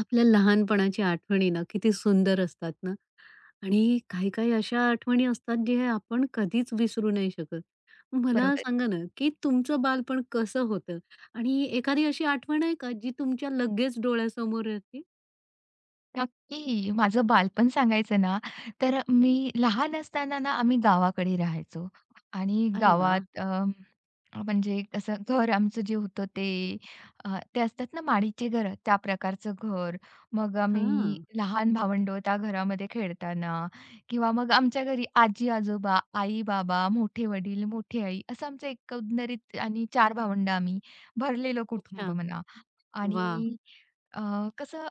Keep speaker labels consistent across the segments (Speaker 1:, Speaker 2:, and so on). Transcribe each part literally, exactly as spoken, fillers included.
Speaker 1: आपल्या लहानपणाच्या आठवणी ना किती सुंदर असतात ना आणि काही काही अशा आठवणी असतात जे आपण कधीच विसरू नाही शकत. मला
Speaker 2: बरोबर.
Speaker 1: सांगा ना, की तुमचं बालपण कसं होतं? आणि एखादी अशी आठवण आहे का जी तुमच्या लगेच डोळ्यासमोर येते?
Speaker 2: नक्की. माझं बालपण सांगायचं ना, तर मी लहान असताना ना आम्ही गावाकडे राहायचो आणि
Speaker 1: अरे वाह!
Speaker 2: गावात अ, म्हणजे कसं घर आमचं जे होतं ते अ, ते असतात ना माडीचे घरं, त्या प्रकारचं घर. मग आम्ही
Speaker 1: हां.
Speaker 2: लहान भावंडं त्या घरामध्ये खेळताना किंवा मग आमच्या घरी आजी-आजोबा, आई-बाबा, मोठे वडील, मोठी आई असं आमचं एकंदरीत आणि चार भावंडं आम्ही, भरलेलं कुटुंब
Speaker 1: अच्छा.
Speaker 2: म्हणा
Speaker 1: वाह!
Speaker 2: आणि अ, कसं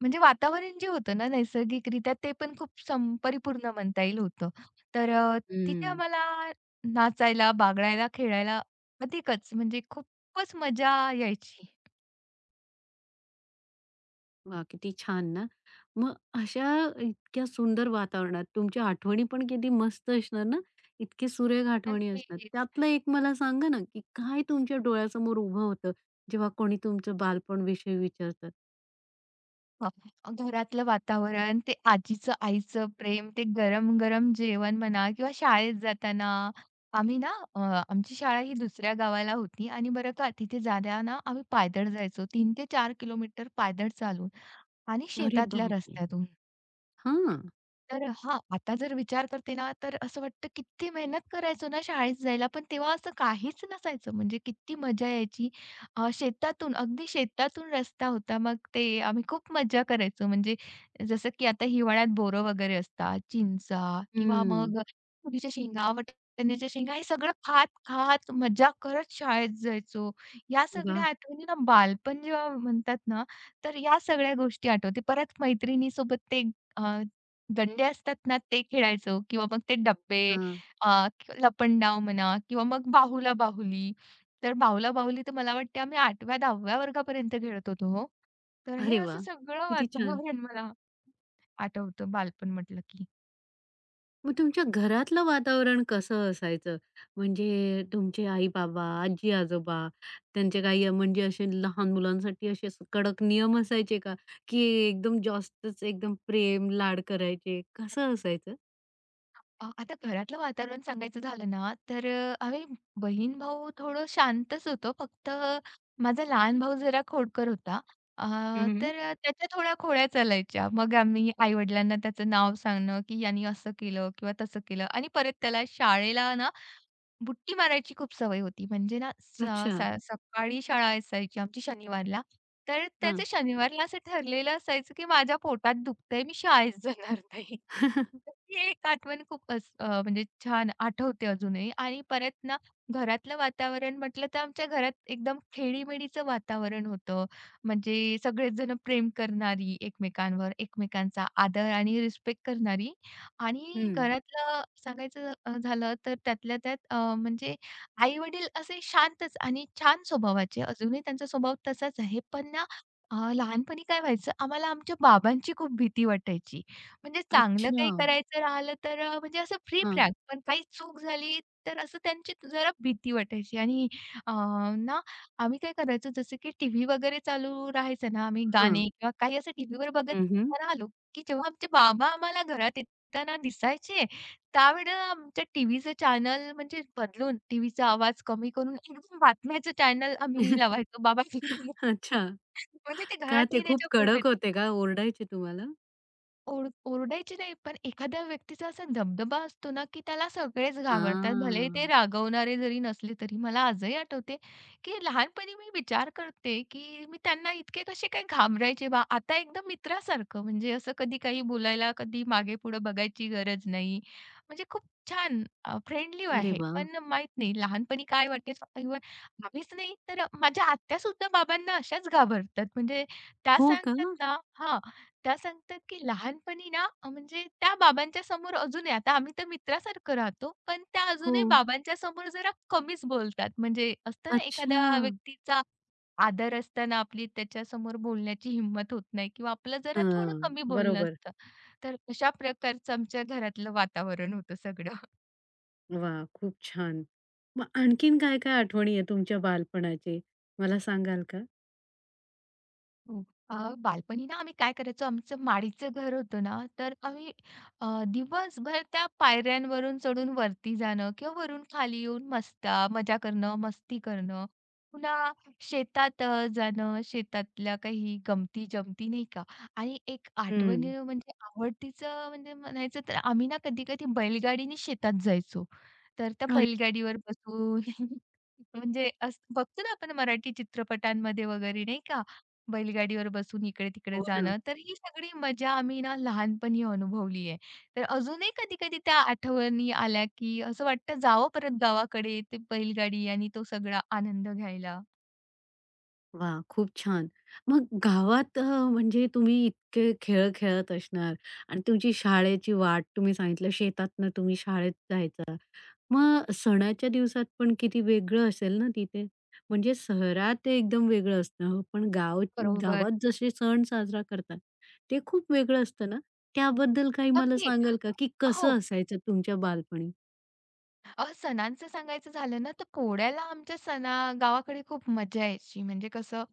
Speaker 2: म्हणजे वातावरण जे होतं ना नैसर्गिकरित्या ते पण खूप सं परिपूर्ण म्हणता येईल होतं. तर अ, तिथे
Speaker 1: हं.
Speaker 2: आम्हाला नाचायला, बागडायला, खेळायला अधिकच म्हणजे खूपच मजा यायची.
Speaker 1: वाह! किती छान ना. मग अशा इतक्या सुंदर वातावरणात तुमच्या आठवणी पण किती मस्त असणार ना. इतके सुरेख आठवणी असणार.
Speaker 2: नक्कीच.
Speaker 1: त्यातलं एक मला सांगा ना, की काय तुमच्या डोळ्यासमोर उभं होतं, जेव्हा कोणी तुमचं बालपण विषयी विचारतं?
Speaker 2: अ, घरातलं वातावरण, ते आजीचं, आईचं प्रेम, ते गरम-गरम जेवण म्हणा किंवा शाळेत जाताना आम्ही ना अ, आमची शाळा ही दुसऱ्या गावाला होती आणि बरं का तिथे जाताना आम्ही पायदळ जायचो तीन ते चार किलोमीटर पायदळ चालून आणि
Speaker 1: अरे
Speaker 2: शेतातल्या
Speaker 1: बापरे!
Speaker 2: रस्त्यातून.
Speaker 1: हां.
Speaker 2: तर हां, आता जर विचार करते ना, तर असं वाटतं किती मेहनत करायचो ना शाळेत जायला, पण तेव्हा असं काहीच नसायचं. म्हणजे किती मजा यायची. अ, शेतातून, अगदी शेतातून रस्ता होता. मग ते आम्ही खूप मज़ा करायचो. म्हणजे जसं की आता हिवाळ्यात बोरं वगैरे असतात, चिंचा किंवा
Speaker 1: हं.
Speaker 2: मग तुरीच्या शेंगा, वाटाण्याच्या शेंगा हे सगळं खात-खात मजा करत शाळेत जायचो. या सगळ्या
Speaker 1: वाह!
Speaker 2: आठवणी ना बालपण जेव्हा म्हणतात ना, तर या सगळ्या गोष्टी आठवते. परत मैत्रिणीसोबत ते दंडे असतात ना, ते खेळायचो किंवा मग ते डब्बे
Speaker 1: हां.
Speaker 2: अ, लपंडाव म्हणा किंवा मग बाहुला-बाहुली. तर बाहुला-बाहुली तर मला वाटते आम्ही 8व्या-10व्या वर्गापर्यंत खेळत होतो हो. तर हे
Speaker 1: अरे
Speaker 2: असं
Speaker 1: वाह!
Speaker 2: सगळं
Speaker 1: किती छान.
Speaker 2: वातावरण मला आठवतं बालपण म्हटलं की.
Speaker 1: मग तुमच्या घरातलं वातावरण कसं असायचं? म्हणजे तुमचे आई-बाबा, आजी-आजोबा त्यांचे काही म्हणजे असे लहान मुलांसाठी असे स- कडक नियम असायचे का? की एकदम जास्तच एकदम प्रेम, लाड करायचे? कसं असायचं?
Speaker 2: अ, आता घरातलं वातावरण सांगायचं झालं ना, तर अ, आम्ही बहीण-भाऊ थोडं शांतच होतो. फक्त माझा लहान भाऊ जरा खोडकर होता. अ,
Speaker 1: हं, हं.
Speaker 2: तर अ, त्याच्या थोड्या खोड्या चालायच्या. मग आम्ही आई-वडिलांना त्याचं नाव सांगणं, की याने असं केलं किंवा तसं केलं आणि परत त्याला शाळेला ना बुट्टी मारायची खूप सवय होती. म्हणजे ना स
Speaker 1: अच्छा.
Speaker 2: स सकाळी शाळा असायची आमची शनिवारला. तर त्याचं
Speaker 1: हां.
Speaker 2: शनिवारला असं ठरलेलं असायचं, की माझ्या पोटात दुखतंय, मी शाळेत जाणार नाही.
Speaker 1: हं.
Speaker 2: ही एक आठवण खूप अस अ, म्हणजे छान आठवते अजूनही आणि परत ना घरातलं वातावरण म्हटलं तर आमच्या घरात एकदम खेडीमेडीचं वातावरण होतं. म्हणजे सगळेच जण प्रेम करणारी एकमेकांवर, एकमेकांचा आदर आणि रिस्पेक्ट करणारी आणि घरातलं सांगायचं अ, झालं तर त्यातल्या त्यात अ, म्हणजे आई-वडील असे शांतच आणि छान स्वभावाचे. अजूनही त्यांचा स्वभाव तसाच आहे. पण ना अ, लहानपणी काय व्हायचं, आम्हाला आमच्या बाबांची खूप भीती वाटायची. म्हणजे चांगलं
Speaker 1: अच्छा.
Speaker 2: काही करायचं राहिलं तर अ, म्हणजे असं फ्री
Speaker 1: हां,
Speaker 2: फ्रॅक पण काही चूक झाली तर असं त्यांची जरा भीती वाटायची आणि अ, ना आम्ही काय करायचो जसं की टीव्ही वगैरे चालू राहायचं ना आम्ही गाणे
Speaker 1: हां.
Speaker 2: किंवा काही असं टीव्हीवर बघत
Speaker 1: हं,
Speaker 2: राहिलो की जेव्हा आमचे बाबा आम्हाला घरात येताना दिसायचे त्यावेळेला आमच्या टीव्हीचं चॅनल म्हणजे बदलून टीव्हीचा आवाज कमी करून एकदम बातम्याचं चॅनल आम्ही लावायचो बाबा
Speaker 1: अच्छा.
Speaker 2: म्हणजे ते
Speaker 1: का
Speaker 2: घरात
Speaker 1: ते खूप
Speaker 2: येण्याच्या पूर्वी
Speaker 1: कडक होते का? ओरडायचे तुम्हाला?
Speaker 2: ओरड ओरडायची नाही, पण एखाद्या व्यक्तीचा असा दबदबा असतो ना, की त्याला सगळेच घाबरतात. भले ते
Speaker 1: हां.
Speaker 2: रागवणारे जरी नसले तरी. मला आजही आठवते, की लहानपणी मी विचार करते, की मी त्यांना इतके कसे काय घाबरायचे बा? आता एकदम मित्रासारखं म्हणजे असं कधी काही बोलायला, कधी मागे-पुढे बघायची गरज नाही. म्हणजे खूप छान फ्रेंडली
Speaker 1: अरे
Speaker 2: आहे.
Speaker 1: वाह!
Speaker 2: पण माहीत नाही लहानपणी काय वाटायचं? इव्हन आम्हीच नाही तर माझ्या आत्यासुद्धा बाबांना अशाच घाबरतात. म्हणजे त्या
Speaker 1: हो का?
Speaker 2: सांगतात ना हां, त्या सांगतात की लहानपणी ना अ, म्हणजे त्या बाबांच्या समोर अजूनही आता आम्ही तर मित्रासारखं राहतो, पण त्या
Speaker 1: हो.
Speaker 2: अजूनही बाबांच्या समोर जरा कमीच बोलतात. म्हणजे असतं ना
Speaker 1: अच्छा.
Speaker 2: एखाद्या व्यक्तीचा आदर असताना आपली त्याच्यासमोर बोलण्याची हिंमत होत नाही किंवा आपलं जरा थोडं
Speaker 1: हां,
Speaker 2: कमी बोलणं
Speaker 1: बरोबर.
Speaker 2: असतं. तर अशा प्रकारचं आमच्या घरातलं वातावरण होतं सगळं.
Speaker 1: वाह! खूप छान. मग आणखीन काय-काय आठवणी आहे तुमच्या बालपणाची? मला सांगाल का?
Speaker 2: हो. अ, बालपणी ना आम्ही काय करायचो, आमचं माडीचं घर होतं ना, तर आम्ही अ, दिवसभर त्या पायऱ्यांवरून चढून वरती जाणं किंवा वरून खाली येऊन मस्ता मजा करणं, मस्ती करणं. पुन्हा शेतात अ, जाणं, शेतातल्या काही गमती-जमती नाही का आणि एक आठवण
Speaker 1: हं.
Speaker 2: म्हणजे आवडतीचं म्हणजे म्हणायचं तर आम्ही ना कधी-कधी बैलगाडीने शेतात जायचो. तर त्या
Speaker 1: अरे
Speaker 2: बैलगाडीवर बसून म्हणजे असं बघतो ना आपण मराठी चित्रपटांमध्ये वगैरे नाही का, बैलगाडीवर बसून इकडे-तिकडे
Speaker 1: हो ना.
Speaker 2: जाणं. तर ही सगळी मजा आम्ही ना लहानपणी अनुभवली आहे. तर अजूनही कधी-कधी त्या आठवणी आल्या, की असं वाटतं जावं परत गावाकडे ते बैलगाडी आणि तो सगळा आनंद घ्यायला.
Speaker 1: वाह! खूप छान. मग गावात अ, म्हणजे तुम्ही इतके खेळ खेळत असणार आणि तुमची शाळेची वाट तुम्ही सांगितलं शेतातनं तुम्ही शाळेत जायचा. मग सणाच्या दिवसात पण किती वेगळं असेल ना तिथे? म्हणजे शहरात ते एकदम वेगळं असतं, हो. पण गाव
Speaker 2: बरोबर.
Speaker 1: गावात जसे सण साजरा करतात, ते खूप वेगळं असतं ना? त्याबद्दल काही मला
Speaker 2: नक्की.
Speaker 1: सांगाल का, की
Speaker 2: हो.
Speaker 1: कसं असायचं तुमच्या बालपणी?
Speaker 2: अहो, सणांचं सांगायचं झालं ना, तर पोळ्याला आमच्या सणा गावाकडे खूप मजा यायची. म्हणजे कसं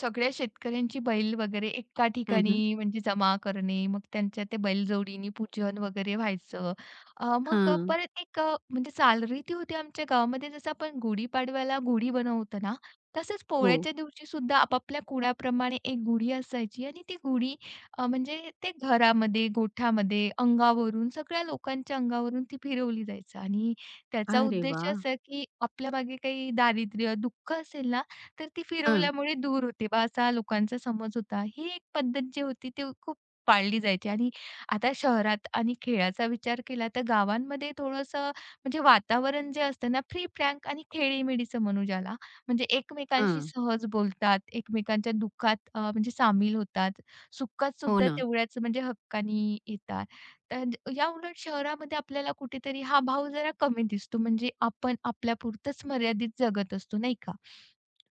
Speaker 2: सगळ्या शेतकऱ्यांची बैल वगैरे एका
Speaker 1: हं, हं.
Speaker 2: ठिकाणी म्हणजे जमा करणे, मग त्यांच्या त्या बैलजोडीनी पूजन वगैरे व्हायचं. अ, मग अ,
Speaker 1: हां.
Speaker 2: परत एक अ, म्हणजे चालरीती होती आमच्या गावामध्ये. जसं आपण गुढीपाडव्याला गुढी बनवतो ना, तसंच
Speaker 1: हो.
Speaker 2: पोळ्याच्या दिवशी सुद्धा आपापल्या कुळाप्रमाणे एक गुढी असायची आणि ती गुढी अ, म्हणजे ते घरामध्ये, गोठ्यामध्ये, अंगावरून सगळ्या लोकांच्या अंगावरून ती फिरवली जायचं आणि त्याचा
Speaker 1: अरे
Speaker 2: उद्देश
Speaker 1: वाह!
Speaker 2: असा, की आपल्यामागे काही दारिद्र्य, दुःख असेल ना, तर ती
Speaker 1: हां,
Speaker 2: फिरवल्यामुळे दूर होते बा असा लोकांचा समज होता. ही एक पद्धत जी होती ती खूप पाळली जायची आणि आता शहरात आणि खेळाचा विचार केला तर गावांमध्ये थोडंसं म्हणजे वातावरण जे असतं ना फ्री फ्रँक आणि खेळीमेळीचं म्हणू ज्याला, म्हणजे एकमेकांशी
Speaker 1: हां.
Speaker 2: सहज बोलतात, एकमेकांच्या दुःखात अ, म्हणजे सामील होतात, सुखात
Speaker 1: हो
Speaker 2: सुद्धा
Speaker 1: ना.
Speaker 2: तेवढ्याच म्हणजे हक्कानी येतात. तर ज- या उलट शहरामध्ये आपल्याला कुठेतरी हा भाव जरा कमी दिसतो म्हणजे आपण आपल्यापुरतंच मर्यादित जगत असतो, नाही का?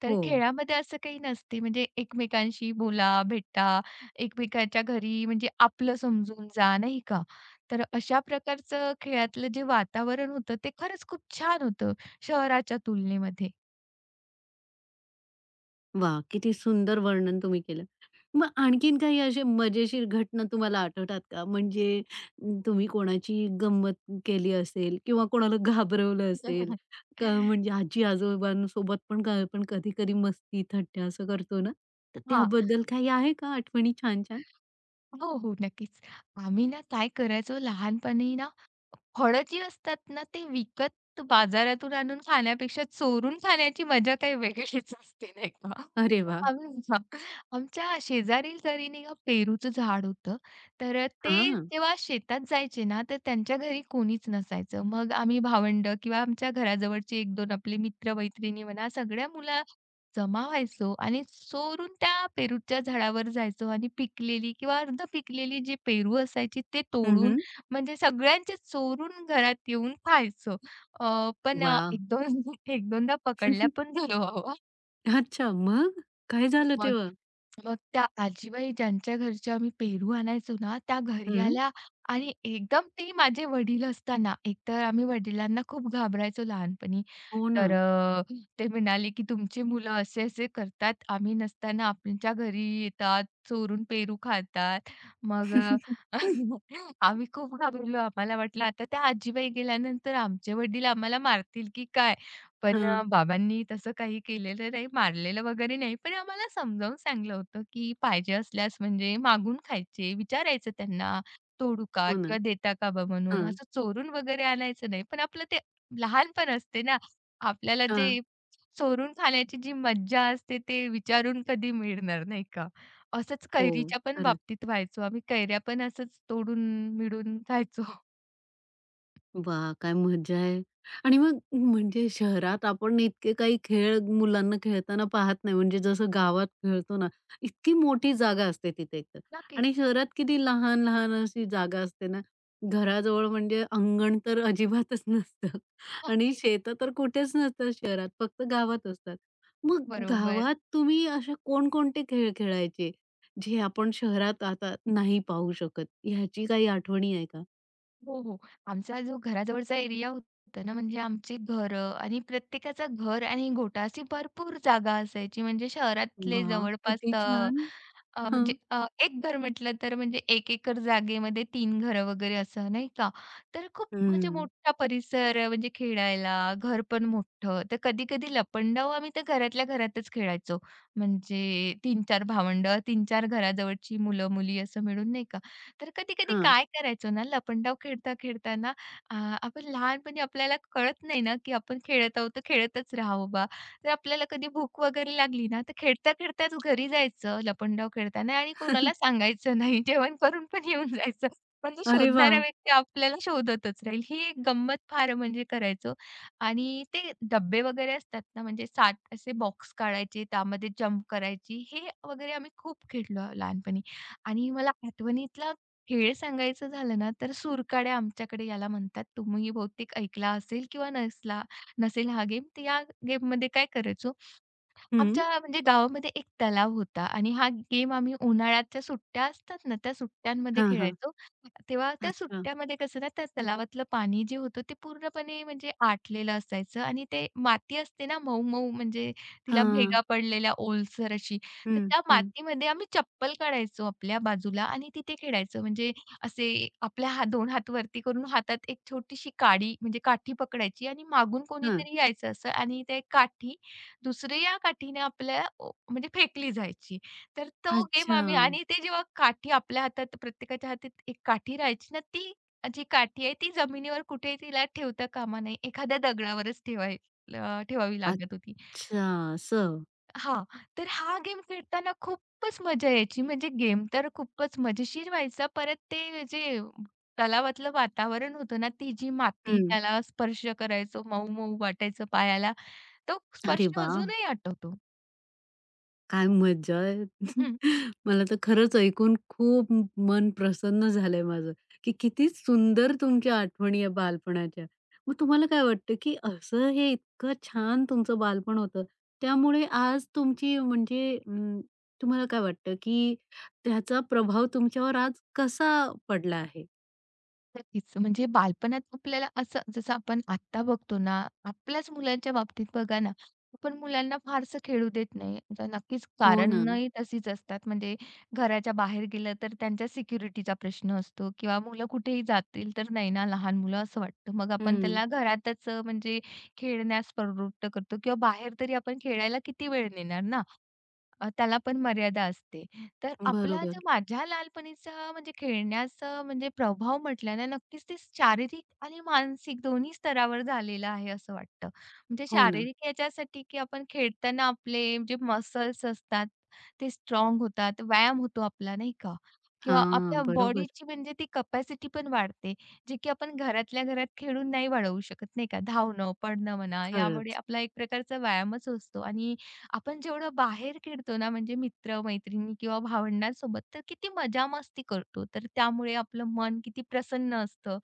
Speaker 2: तर
Speaker 1: हो.
Speaker 2: खेळामध्ये असं काही नसते म्हणजे एकमेकांशी बोला, भेटा, एकमेकांच्या घरी म्हणजे आपलं समजून जा, नाही का? तर अशा प्रकारचं खेळातलं जे वातावरण होतं ते खरंच खूप छान होतं शहराच्या तुलनेमध्ये.
Speaker 1: वा, किती सुंदर वर्णन तुम्ही केलं. मग आणखीन काही असे मजेशीर घटना तुम्हाला आठवतात का? म्हणजे म, तुम्ही कोणाची गंमत केली असेल किंवा कोणाला घाबरवलं असेल
Speaker 2: हं.
Speaker 1: का म्हणजे आजी-आजोबांसोबत पण का आपण कधी-कधी मस्ती, थट्टा असं करतो ना, तर
Speaker 2: हां.
Speaker 1: त्याबद्दल काही आहे का आठवणी छान-छान?
Speaker 2: हो, हो. नक्कीच. आम्ही ना काय करायचो लहानपणी ना, फळं जी असतात ना, ते विकत बाजारातून आणून खाण्यापेक्षा चोरून खाण्याची मजा काही वेगळीच असते, नाही का?
Speaker 1: अरे
Speaker 2: तर
Speaker 1: वाह!
Speaker 2: आम्ही हां, आमच्या शेजारील घरी नाही का पेरूचं झाड होतं. तर ते
Speaker 1: हां.
Speaker 2: जेव्हा शेतात जायचे ना, तर त्यांच्या घरी कोणीच नसायचं. मग आम्ही भावंडं किंवा आमच्या घराजवळचे एक-दोन आपले मित्र-मैत्रिणी म्हणा, सगळ्या मुला जमा व्हायचो आणि चोरून त्या पेरूच्या झाडावर जायचो आणि पिकलेली किंवा अर्ध पिकलेली जी पेरू असायची ते
Speaker 1: हं,
Speaker 2: तोडून
Speaker 1: हं.
Speaker 2: म्हणजे सगळ्यांचे चोरून घरात येऊन खायचो. अ, पण अ,
Speaker 1: वाह!
Speaker 2: 1-2 1-2दा पकडल्या पण गेलो बाबा.
Speaker 1: अच्छा मग? काय झालं
Speaker 2: मग
Speaker 1: तेव्हा?
Speaker 2: मग त्या आजीबाई ज्यांच्या घरचे आम्ही पेरू आणायचो ना, त्या घरी
Speaker 1: हं.
Speaker 2: आल्या आणि एकदम ते माझे वडील असताना, एकतर आम्ही वडिलांना खूप घाबरायचो लहानपणी.
Speaker 1: हो ना.
Speaker 2: तर अ, ते म्हणाले, की "तुमची मुलं असे-असे करतात. आम्ही नसताना आमच्या घरी येतात, चोरून पेरू खातात." मग अ, आम्ही खूप घाबरलो. आम्हाला वाटलं आता त्या आजीबाई गेल्यानंतर आमचे वडील आम्हाला मारतील की काय? पण अ,
Speaker 1: हां.
Speaker 2: बाबांनी तसं काही केलेलं नाही, मारलेलं वगैरे नाही. पण आम्हाला समजावून सांगितलं होतं, की पाहिजे असल्यास म्हणजे मागून खायचे, विचारायचं त्यांना, "तोडू का?
Speaker 1: हो ना.
Speaker 2: किंवा देता का बा?" म्हणून.
Speaker 1: हां.
Speaker 2: असं चोरून वगैरे आणायचं नाही. पण आपलं ते लहानपण असते ना आपल्याला
Speaker 1: हां.
Speaker 2: जे चोरून खाण्याची जी मज्जा असते ते विचारून कधी मिळणार नाही का? असंच
Speaker 1: हो.
Speaker 2: कैरीच्या पण
Speaker 1: खरं.
Speaker 2: बाबतीत व्हायचो आम्ही. कैऱ्या पण असंच तोडून मिळून खायचो.
Speaker 1: वा, काय मज्जा आहे. आणि मग म्हणजे शहरात आपण इतके काही खेळ मुलांना खेळताना पाहत नाही. म्हणजे जसं गावात खेळतो ना, इतकी मोठी जागा असते तिथे एक तर. आणि
Speaker 2: नक्कीच,
Speaker 1: शहरात किती लहान-लहान अशी जागा असते ना. घराजवळ म्हणजे अंगण तर अजिबातच नसतं आणि
Speaker 2: नक्कीच.
Speaker 1: शेतं तर कुठेच नसतात शहरात, फक्त गावात असतात. मग
Speaker 2: बरोबर.
Speaker 1: गावात तुम्ही असे कोणकोणते खेळ खेळायचे, जे आपण शहरात आता नाही पाहू शकत? ह्याची काही आठवणी आहे का?
Speaker 2: हो, हो. आमचा जो घराजवळचा एरिया होता ना, म्हणजे आमची घर आणि प्रत्येकाचं घर आणि गोठा अशी भरपूर जागा असायची. म्हणजे शहरातले
Speaker 1: वाह!
Speaker 2: जवळपास
Speaker 1: किती
Speaker 2: अ,
Speaker 1: छान.
Speaker 2: अ,
Speaker 1: हां.
Speaker 2: म्हणजे अ, एक घर म्हटलं तर म्हणजे एक एकर जागेमध्ये तीन घरं वगैरे असं नाही का. तर खूप म्हणजे
Speaker 1: हं.
Speaker 2: मोठा परिसर अ, म्हणजे खेळायला, घर पण मोठं. तर कधी-कधी लपंडाव आम्ही त्या घरातल्या घरातच खेळायचो. म्हणजे तीन-चार भावंडं, तीन-चार घराजवळची मुलं-मुली असं मिळून नाही का. तर कधी-कधी
Speaker 1: हां.
Speaker 2: काय करायचो ना, लपंडाव खेळता खेळताना अ, आपण लहानपणी आपल्याला कळत नाही ना, की आपण खेळत आहोत, तर खेळतच राहावं बा. तर आपल्याला कधी भूक वगैरे लागली ना, तर खेळता खेळताच घरी जायचं लपंडाव खेळताना आणि कोणाला सांगायचं नाही. जेवण करून पण येऊन जायचं. म्हणजे
Speaker 1: अरे
Speaker 2: शोधणारा
Speaker 1: वाह!
Speaker 2: व्यक्ती आपल्याला शोधतच राहील. ही एक गंमत फार म्हणजे करायचो. आणि ते डब्बे वगैरे असतात ना, म्हणजे सात असे बॉक्स काढायचे, त्यामध्ये जंप करायची, हे वगैरे आम्ही खूप खेळलो लहानपणी. आणि मला आठवणीतला खेळ सांगायचं झालं ना, तर सुरकाड्या आमच्याकडे याला म्हणतात. तुम्ही बहुतेक ऐकला असेल किंवा नसला नसेल हा गेम. तर या गेममध्ये काय करायचो,
Speaker 1: हं.
Speaker 2: आमच्या म्हणजे गावामध्ये एक तलाव होता आणि हा गेम आम्ही उन्हाळ्याच्या सुट्ट्या असतात ना, त्या सुट्ट्यांमध्ये
Speaker 1: हां, हां.
Speaker 2: खेळायचो. तेव्हा त्या
Speaker 1: अच्छा.
Speaker 2: सुट्ट्यामध्ये कसं ना, त्या तलावातलं पाणी जे होतं ते पूर्णपणे म्हणजे आटलेलं असायचं आणि ते माती असते ना मऊ-मऊ म्हणजे तिला
Speaker 1: हां.
Speaker 2: भेगा पडलेल्या ओलसर अशी. तर
Speaker 1: हं,
Speaker 2: त्या
Speaker 1: हं.
Speaker 2: मातीमध्ये आम्ही चप्पल काढायचो आपल्या बाजूला आणि तिथे खेळायचो. म्हणजे असे आपल्या हात दोन हात वरती करून हातात एक छोटीशी काडी म्हणजे काठी पकडायची आणि मागून
Speaker 1: हां.
Speaker 2: कोणीतरी यायचं असं आणि ते काठी दुसरी या काठीने आपल्या ओ म्हणजे फेकली जायची. तर तो गेम
Speaker 1: अच्छा.
Speaker 2: आम्ही आणि ते जेव्हा काठी आपल्या हातात प्रत्येकाच्या हातात एक काठी राहायची ना, ती जी काठी आहे ती जमिनीवर कुठेही तिला ठेवता कामा नये. एखाद्या दगडावरच ठेवाय अ, ठेवावी लागत होती.
Speaker 1: अच्छा असं.
Speaker 2: हां, तर हा गेम खेळताना खूपच मजा यायची. म्हणजे गेम तर खूपच मजेशीर व्हायचा. परत ते जे तलावातलं वातावरण होतं ना, ती जी माती
Speaker 1: हं.
Speaker 2: त्याला स्पर्श करायचो, मऊ-मऊ वाटायचं पायाला. तो
Speaker 1: अरे
Speaker 2: स्पर्श
Speaker 1: वाह!
Speaker 2: अजूनही आठवतो.
Speaker 1: काय मज्जा आहे. मला तर खरंच ऐकून खूप म मन प्रसन्न झालंय माझं, की किती सुंदर तुमच्या आठवणी आहे बालपणाच्या. मग तुम्हाला काय वाटतं, की असं हे इतकं छान तुमचं बालपण होतं, त्यामुळे आज तुमची म्हणजे अं, तुम्हाला काय वाटतं, की त्याचा प्रभाव तुमच्यावर आज कसा पडला आहे?
Speaker 2: नक्कीच. म्हणजे बालपणात आपल्याला असं जसं आपण आत्ता बघतो ना, आपल्याच मुलांच्या बाबतीत बघा ना, आपण मुलांना फारसं खेळू देत नाही. तर नक्कीच
Speaker 1: हो ना.
Speaker 2: कारणंही तशीच असतात. म्हणजे घराच्या बाहेर गेलं तर त्यांच्या सिक्युरिटीचा प्रश्न असतो किंवा मुलं कुठेही जातील तर नाही ना लहान मुलं असं वाटतं. मग आपण
Speaker 1: हं.
Speaker 2: त्याला घरातच अ, म्हणजे खेळण्यास प्रवृत्त करतो किंवा बाहेर तरी आपण खेळायला किती वेळ नेणार ना? अ, त्याला पण मर्यादा असते. तर आपला
Speaker 1: बरोबर.
Speaker 2: जो माझ्या लहानपणीचा म्हणजे खेळण्याचा म्हणजे प्रभाव म्हटला ना, नक्कीच ते शारीरिक आणि मानसिक दोन्ही स्तरावर झालेला आहे असं वाटतं. म्हणजे
Speaker 1: हो ना.
Speaker 2: शारीरिक याच्यासाठी की आपण खेळताना आपले जे मसल्स असतात ते स्ट्राँग होतात, व्यायाम होतो आपला नाही का? किंवा आपल्या
Speaker 1: हां, बरोबर.
Speaker 2: बॉडीची म्हणजे ती कपॅसिटी पण वाढते, जे की आपण घरातल्या घरात खेळून नाही वाढवू शकत नाही का? धावणं, पडणं म्हणा, यामुळे
Speaker 1: खरंच.
Speaker 2: आपला एक प्रकारचा व्यायामच असतो आणि आपण जेवढं बाहेर खेळतो ना, म्हणजे मित्र-मैत्रिणी किंवा भावंडांसोबत, तर किती मजा-मस्ती करतो. तर त्यामुळे आपलं मन किती प्रसन्न असतं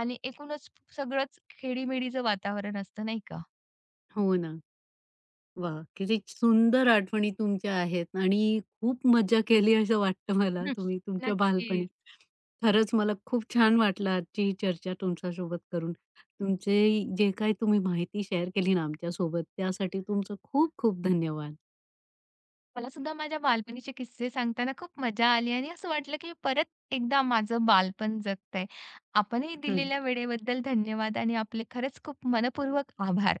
Speaker 2: आणि एकूणच सगळंच खेडीमेडीचं वातावरण असतं, नाही का?
Speaker 1: हो ना. वा, किती सुंदर आठवणी तुमच्या आहेत आणि खूप मज्जा केली असं वाटतं मला
Speaker 2: हं,
Speaker 1: तुम्ही तुमच्या बालपणी.
Speaker 2: नक्कीच.
Speaker 1: खरंच मला खूप छान वाटलं आजची ही चर्चा तुमच्यासोबत करून. तुमचे जे काही तुम्ही माहिती शेअर केली ना आमच्यासोबत त्यासाठी तुमचं खूप खूप धन्यवाद.
Speaker 2: मला सुद्धा माझ्या बालपणीचे किस्से सांगताना खूप मजा आली आणि असं वाटलं, की परत एकदा माझं बालपण जगत आहे. आपणही
Speaker 1: हं.
Speaker 2: दिलेल्या वेळेबद्दल धन्यवाद आणि आपले खरंच खूप मनःपूर्वक आभार.